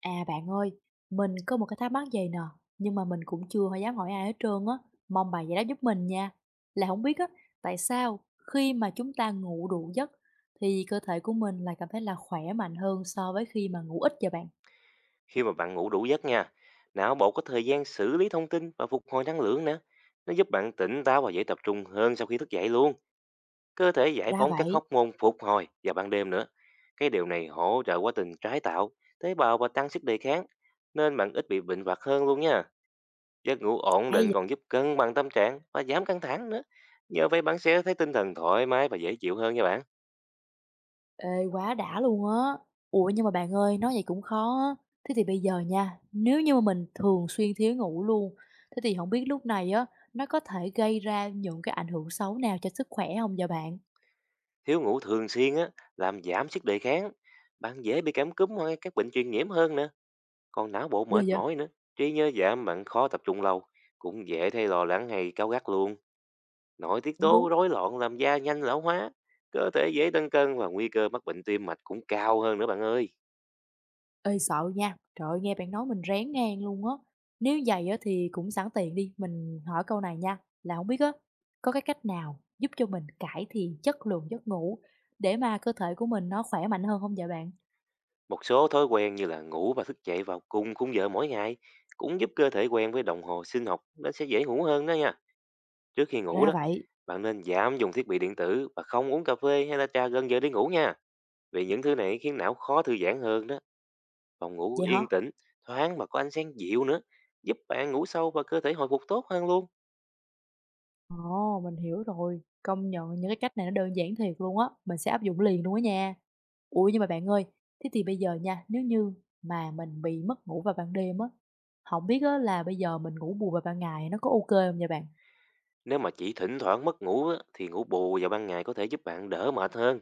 À bạn ơi, mình có một cái thắc mắc vậy nè, nhưng mà mình cũng chưa dám hỏi ai hết trơn á, mong bà giải đáp giúp mình nha. Là không biết á, tại sao khi mà chúng ta ngủ đủ giấc thì cơ thể của mình lại cảm thấy là khỏe mạnh hơn so với khi mà ngủ ít vậy bạn? Khi mà bạn ngủ đủ giấc nha, não bộ có thời gian xử lý thông tin và phục hồi năng lượng nữa. Nó giúp bạn tỉnh táo và dễ tập trung hơn sau khi thức dậy luôn. Cơ thể giải Ra phóng các vậy. hóc môn phục hồi vào ban đêm nữa. Cái điều này hỗ trợ quá trình tái tạo, tế bào và tăng sức đề kháng. Nên bạn ít bị bệnh vặt hơn luôn nha. Giấc ngủ ổn Hay định vậy? còn giúp cân bằng tâm trạng và giảm căng thẳng nữa. Nhờ vậy bạn sẽ thấy tinh thần thoải mái và dễ chịu hơn nha bạn. Ê, quá đã luôn á. Ủa nhưng mà bạn ơi, nói vậy cũng khó á. Thế thì bây giờ nha, nếu như mà mình thường xuyên thiếu ngủ luôn, thế thì không biết lúc này á, nó có thể gây ra những cái ảnh hưởng xấu nào cho sức khỏe không vậy bạn? Thiếu ngủ thường xuyên á, làm giảm sức đề kháng. Bạn dễ bị cảm cúm hoặc các bệnh truyền nhiễm hơn nữa. Còn não bộ Ghê mệt vậy? mỏi nữa, trí nhớ giảm, bạn khó tập trung lâu, cũng dễ thấy lo lắng hay cáu gắt luôn. Nội tiết Cũng tố đúng. rối loạn làm da nhanh lão hóa, cơ thể dễ tăng cân và nguy cơ mắc bệnh tim mạch cũng cao hơn nữa bạn ơi. Ê, sợ nha. Trời ơi, nghe bạn nói mình rén ngang luôn á. Nếu vậy á thì cũng sẵn tiện đi, mình hỏi câu này nha, là không biết á, có cái cách nào giúp cho mình cải thiện chất lượng giấc ngủ để mà cơ thể của mình nó khỏe mạnh hơn không vậy bạn? Một số thói quen như là ngủ và thức dậy vào cùng khung giờ mỗi ngày cũng giúp cơ thể quen với đồng hồ sinh học, nó sẽ dễ ngủ hơn đó nha. Trước khi ngủ Ra đó, vậy, bạn nên giảm dùng thiết bị điện tử và không uống cà phê hay là trà gần giờ đi ngủ nha, vì những thứ này khiến não khó thư giãn hơn đó. Phòng ngủ vậy hả? yên tĩnh, thoáng mà có ánh sáng dịu nữa, giúp bạn ngủ sâu và cơ thể hồi phục tốt hơn luôn. Ồ, mình hiểu rồi. Công nhận những cái cách này nó đơn giản thiệt luôn á, mình sẽ áp dụng liền luôn á nha. Ủa, nhưng mà bạn ơi, thế thì bây giờ nha, nếu như mà mình bị mất ngủ vào ban đêm á, không biết á là bây giờ mình ngủ bù vào ban ngày nó có ok không hông vậy bạn? Nếu mà chỉ thỉnh thoảng mất ngủ á, thì ngủ bù vào ban ngày có thể giúp bạn đỡ mệt hơn.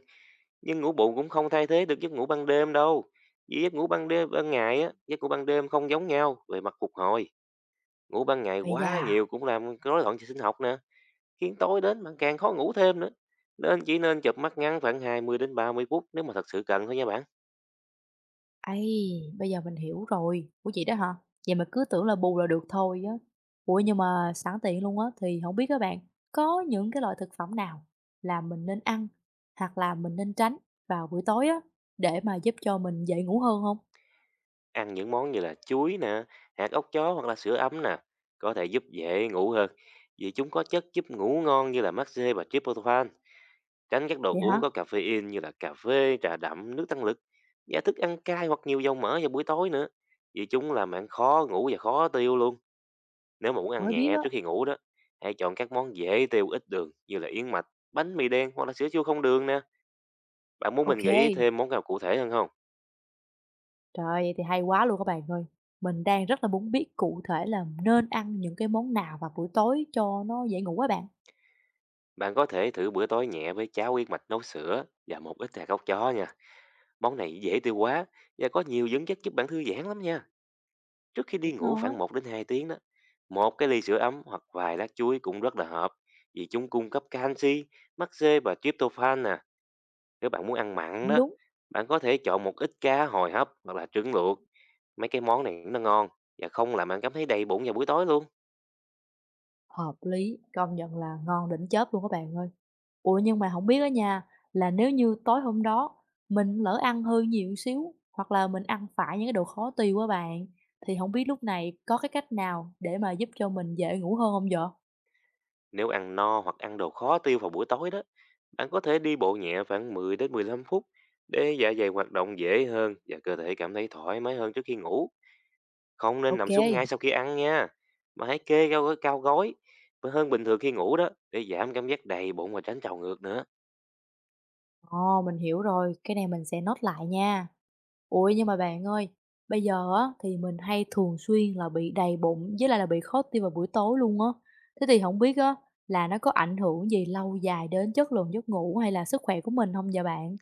Nhưng ngủ bù cũng không thay thế được giấc ngủ ban đêm đâu. Vì giấc ngủ ban đêm, ban ngày á, giấc ngủ ban đêm không giống nhau về mặt phục hồi. Ngủ ban ngày Ây quá da! nhiều cũng làm rối loạn hệ sinh học nè, khiến tối đến bạn càng khó ngủ thêm nữa. Nên chỉ nên chợp mắt ngắn khoảng 20 đến 30 phút nếu mà thật sự cần thôi nha bạn. Ấy, bây giờ mình hiểu rồi. Ủa vậy đó hả? Vậy mà cứ tưởng là bù là được thôi á. Ủa nhưng mà sẵn tiện luôn á thì không biết các bạn, có những cái loại thực phẩm nào là mình nên ăn hoặc là mình nên tránh vào buổi tối á, để mà giúp cho mình dễ ngủ hơn không? Ăn những món như là chuối nè, hạt óc chó hoặc là sữa ấm nè, có thể giúp dễ ngủ hơn vì chúng có chất giúp ngủ ngon như là magie và tryptophan. Tránh các đồ Vậy hả? uống có caffeine như là cà phê, trà đậm, nước tăng lực và thức ăn cay hoặc nhiều dầu mỡ vào buổi tối nữa, vì chúng làm bạn khó ngủ và khó tiêu luôn. Nếu mà muốn ăn Mới biết nhẹ á. trước khi ngủ đó, hãy chọn các món dễ tiêu ít đường như là yến mạch, bánh mì đen hoặc là sữa chua không đường nè. Bạn muốn mình gợi ý Ok. thêm món nào cụ thể hơn không? Trời ơi, vậy thì hay quá luôn các bạn ơi. Mình đang rất là muốn biết cụ thể là nên ăn những cái món nào vào buổi tối cho nó dễ ngủ các bạn. Bạn có thể thử bữa tối nhẹ với cháo yến mạch nấu sữa và một ít hạt óc chó nha. Món này dễ tiêu hóa và có nhiều dưỡng chất giúp bạn thư giãn lắm nha. Trước khi đi Cũng ngủ ngon á. khoảng 1 đến 2 tiếng đó. Một cái ly sữa ấm hoặc vài lát chuối cũng rất là hợp, vì chúng cung cấp canxi, magie và tryptophan nè. Nếu bạn muốn ăn mặn Cũng đó, đúng. bạn có thể chọn một ít cá hồi hấp hoặc là trứng luộc. Mấy cái món này nó ngon và không làm bạn cảm thấy đầy bụng vào buổi tối luôn. Hợp lý, công nhận là ngon đỉnh chớp luôn các bạn ơi. Ủa nhưng mà không biết á nha, là nếu như tối hôm đó mình lỡ ăn hơi nhiều xíu, hoặc là mình ăn phải những cái đồ khó tiêu quá bạn, thì không biết lúc này có cái cách nào để mà giúp cho mình dễ ngủ hơn không vậy? Nếu ăn no hoặc ăn đồ khó tiêu vào buổi tối đó, bạn có thể đi bộ nhẹ khoảng 10 đến 15 phút để dạ dày hoạt động dễ hơn và cơ thể cảm thấy thoải mái hơn trước khi ngủ. Không nên OK. nằm xuống Kê. ngay sau khi ăn nha. Mà hãy kê cao gối và hơn bình thường khi ngủ đó để giảm cảm giác đầy bụng và tránh trào ngược nữa. Ồ, mình hiểu rồi, cái này mình sẽ nốt lại nha. Ủa, nhưng mà bạn ơi, bây giờ á thì mình hay thường xuyên là bị đầy bụng với lại là bị khó tiêu vào buổi tối luôn á. Thế thì không biết á là nó có ảnh hưởng gì lâu dài đến chất lượng giấc ngủ hay là sức khỏe của mình không vậy bạn?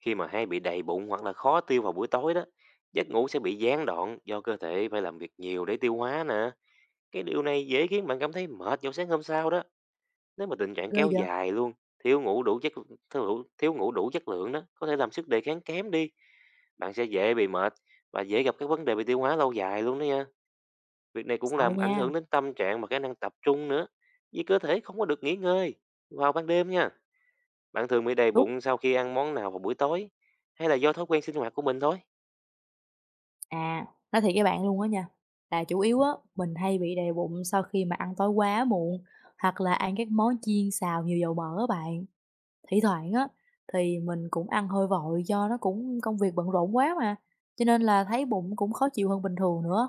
Khi mà hay bị đầy bụng hoặc là khó tiêu vào buổi tối đó, giấc ngủ sẽ bị gián đoạn do cơ thể phải làm việc nhiều để tiêu hóa nè. Cái điều này dễ khiến bạn cảm thấy mệt vào sáng hôm sau đó. Nếu mà tình trạng Ghê kéo vậy? dài luôn, thiếu ngủ đủ chất thiếu ngủ đủ chất lượng đó, có thể làm sức đề kháng kém đi, bạn sẽ dễ bị mệt và dễ gặp các vấn đề về tiêu hóa lâu dài luôn đó nha. Việc này cũng Sợ làm ảnh nha. hưởng đến tâm trạng và khả năng tập trung nữa, vì cơ thể không có được nghỉ ngơi. Vào ban đêm nha, bạn thường bị đầy Đúng. bụng sau khi ăn món nào vào buổi tối, hay là do thói quen sinh hoạt của mình thôi. À, nói thiệt với bạn luôn á nha, là chủ yếu á, mình hay bị đầy bụng sau khi mà ăn tối quá muộn, hoặc là ăn các món chiên xào nhiều dầu mỡ á bạn. Thi thoảng á, thì mình cũng ăn hơi vội do nó cũng công việc bận rộn quá mà, cho nên là thấy bụng cũng khó chịu hơn bình thường nữa.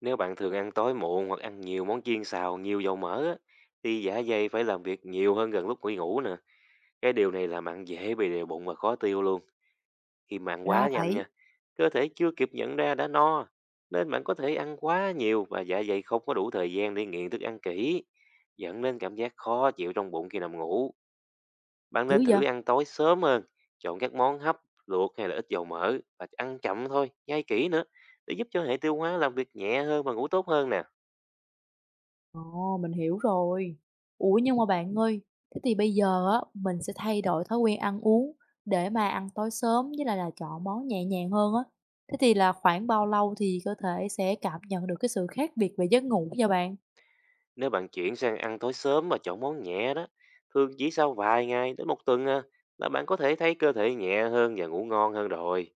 Nếu bạn thường ăn tối muộn hoặc ăn nhiều món chiên xào, nhiều dầu mỡ á, thì dạ dày phải làm việc nhiều hơn gần lúc nghỉ ngủ nè. Cái điều này làm bạn dễ bị đầy bụng và khó tiêu luôn. Khi mà ăn Ra quá nhanh nha, vậy, cơ thể chưa kịp nhận ra đã no, nên bạn có thể ăn quá nhiều và dạ dày không có đủ thời gian để nghiện thức ăn kỹ, dẫn đến cảm giác khó chịu trong bụng khi nằm ngủ. Bạn dữ nên vậy? thử ăn tối sớm hơn, chọn các món hấp, luộc hay là ít dầu mỡ và ăn chậm thôi, nhai kỹ nữa để giúp cho hệ tiêu hóa làm việc nhẹ hơn và ngủ tốt hơn nè. Ồ, mình hiểu rồi. Ủa nhưng mà bạn ơi, thế thì bây giờ á, mình sẽ thay đổi thói quen ăn uống để mà ăn tối sớm với lại là chọn món nhẹ nhàng hơn á. Thế thì là khoảng bao lâu thì cơ thể sẽ cảm nhận được cái sự khác biệt về giấc ngủ cho bạn? Nếu bạn chuyển sang ăn tối sớm và chọn món nhẹ đó, thường chỉ sau vài ngày đến một tuần à, là bạn có thể thấy cơ thể nhẹ hơn và ngủ ngon hơn rồi.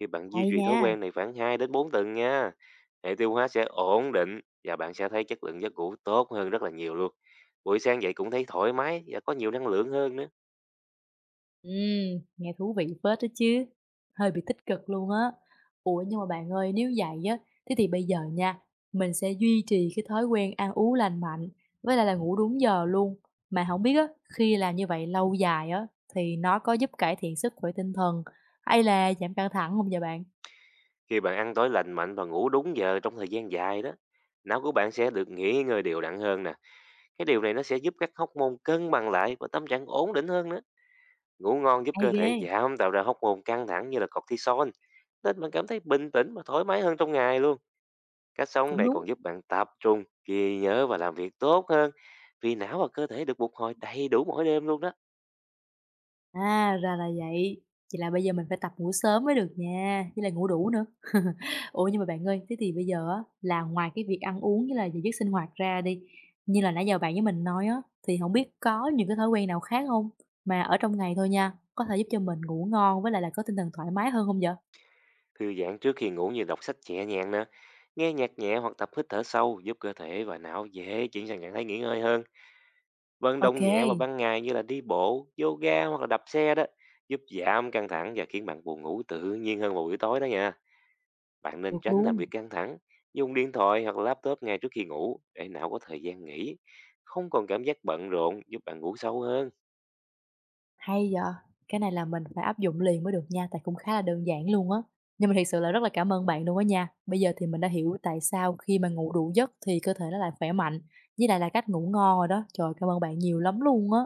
Khi bạn duy Hay trì thói nha. quen này khoảng 2 đến 4 tuần nha, hệ tiêu hóa sẽ ổn định và bạn sẽ thấy chất lượng giấc ngủ tốt hơn rất là nhiều luôn. Buổi sáng dậy cũng thấy thoải mái và có nhiều năng lượng hơn nữa. Nghe thú vị phết đó chứ, hơi bị tích cực luôn á. Ủa, nhưng mà bạn ơi, nếu vậy á, thế thì bây giờ nha, mình sẽ duy trì cái thói quen ăn uống lành mạnh, với lại là ngủ đúng giờ luôn. Mà không biết á, khi làm như vậy lâu dài á, thì nó có giúp cải thiện sức khỏe tinh thần hay là giảm căng thẳng không vậy bạn? Khi bạn ăn tối lành mạnh và ngủ đúng giờ trong thời gian dài đó, não của bạn sẽ được nghỉ ngơi đều đặn hơn nè. Cái điều này nó sẽ giúp các hóc môn cân bằng lại và tâm trạng ổn định hơn nữa. Ngủ ngon giúp Hay cơ ghê, thể giảm tạo ra hóc môn căng thẳng như là cortisol, nên bạn cảm thấy bình tĩnh và thoải mái hơn trong ngày luôn. Cách sống cũng này đúng. còn giúp bạn tập trung, ghi nhớ và làm việc tốt hơn, vì não và cơ thể được phục hồi đầy đủ mỗi đêm luôn đó. À, ra là vậy, vậy là bây giờ mình phải tập ngủ sớm mới được nha, với lại ngủ đủ nữa. Ủa, nhưng mà bạn ơi, thế thì bây giờ á là ngoài cái việc ăn uống với là giờ giấc sinh hoạt ra đi, như là nãy giờ bạn với mình nói á, thì không biết có những cái thói quen nào khác không? Mà ở trong ngày thôi nha, có thể giúp cho mình ngủ ngon với lại là có tinh thần thoải mái hơn không vậy? Thư giãn trước khi ngủ như đọc sách nhẹ nhàng nè, nghe nhạc nhẹ hoặc tập hít thở sâu giúp cơ thể và não dễ chuyển sang trạng thái nghỉ ngơi hơn. Vận Ok, động nhẹ vào ban ngày như là đi bộ, yoga hoặc là đạp xe đó giúp giảm căng thẳng và khiến bạn buồn ngủ tự nhiên hơn vào buổi tối đó nha. Bạn nên được tránh làm luôn, việc căng thẳng, dùng điện thoại hoặc laptop ngay trước khi ngủ để não có thời gian nghỉ, không còn cảm giác bận rộn giúp bạn ngủ sâu hơn. hay vậy! Cái này là mình phải áp dụng liền mới được nha, tại cũng khá là đơn giản luôn á. Nhưng mà thiệt sự là rất là cảm ơn bạn luôn á nha. Bây giờ thì mình đã hiểu tại sao khi mà ngủ đủ giấc thì cơ thể nó lại khỏe mạnh, với lại là cách ngủ ngon rồi đó. Trời, cảm ơn bạn nhiều lắm luôn á!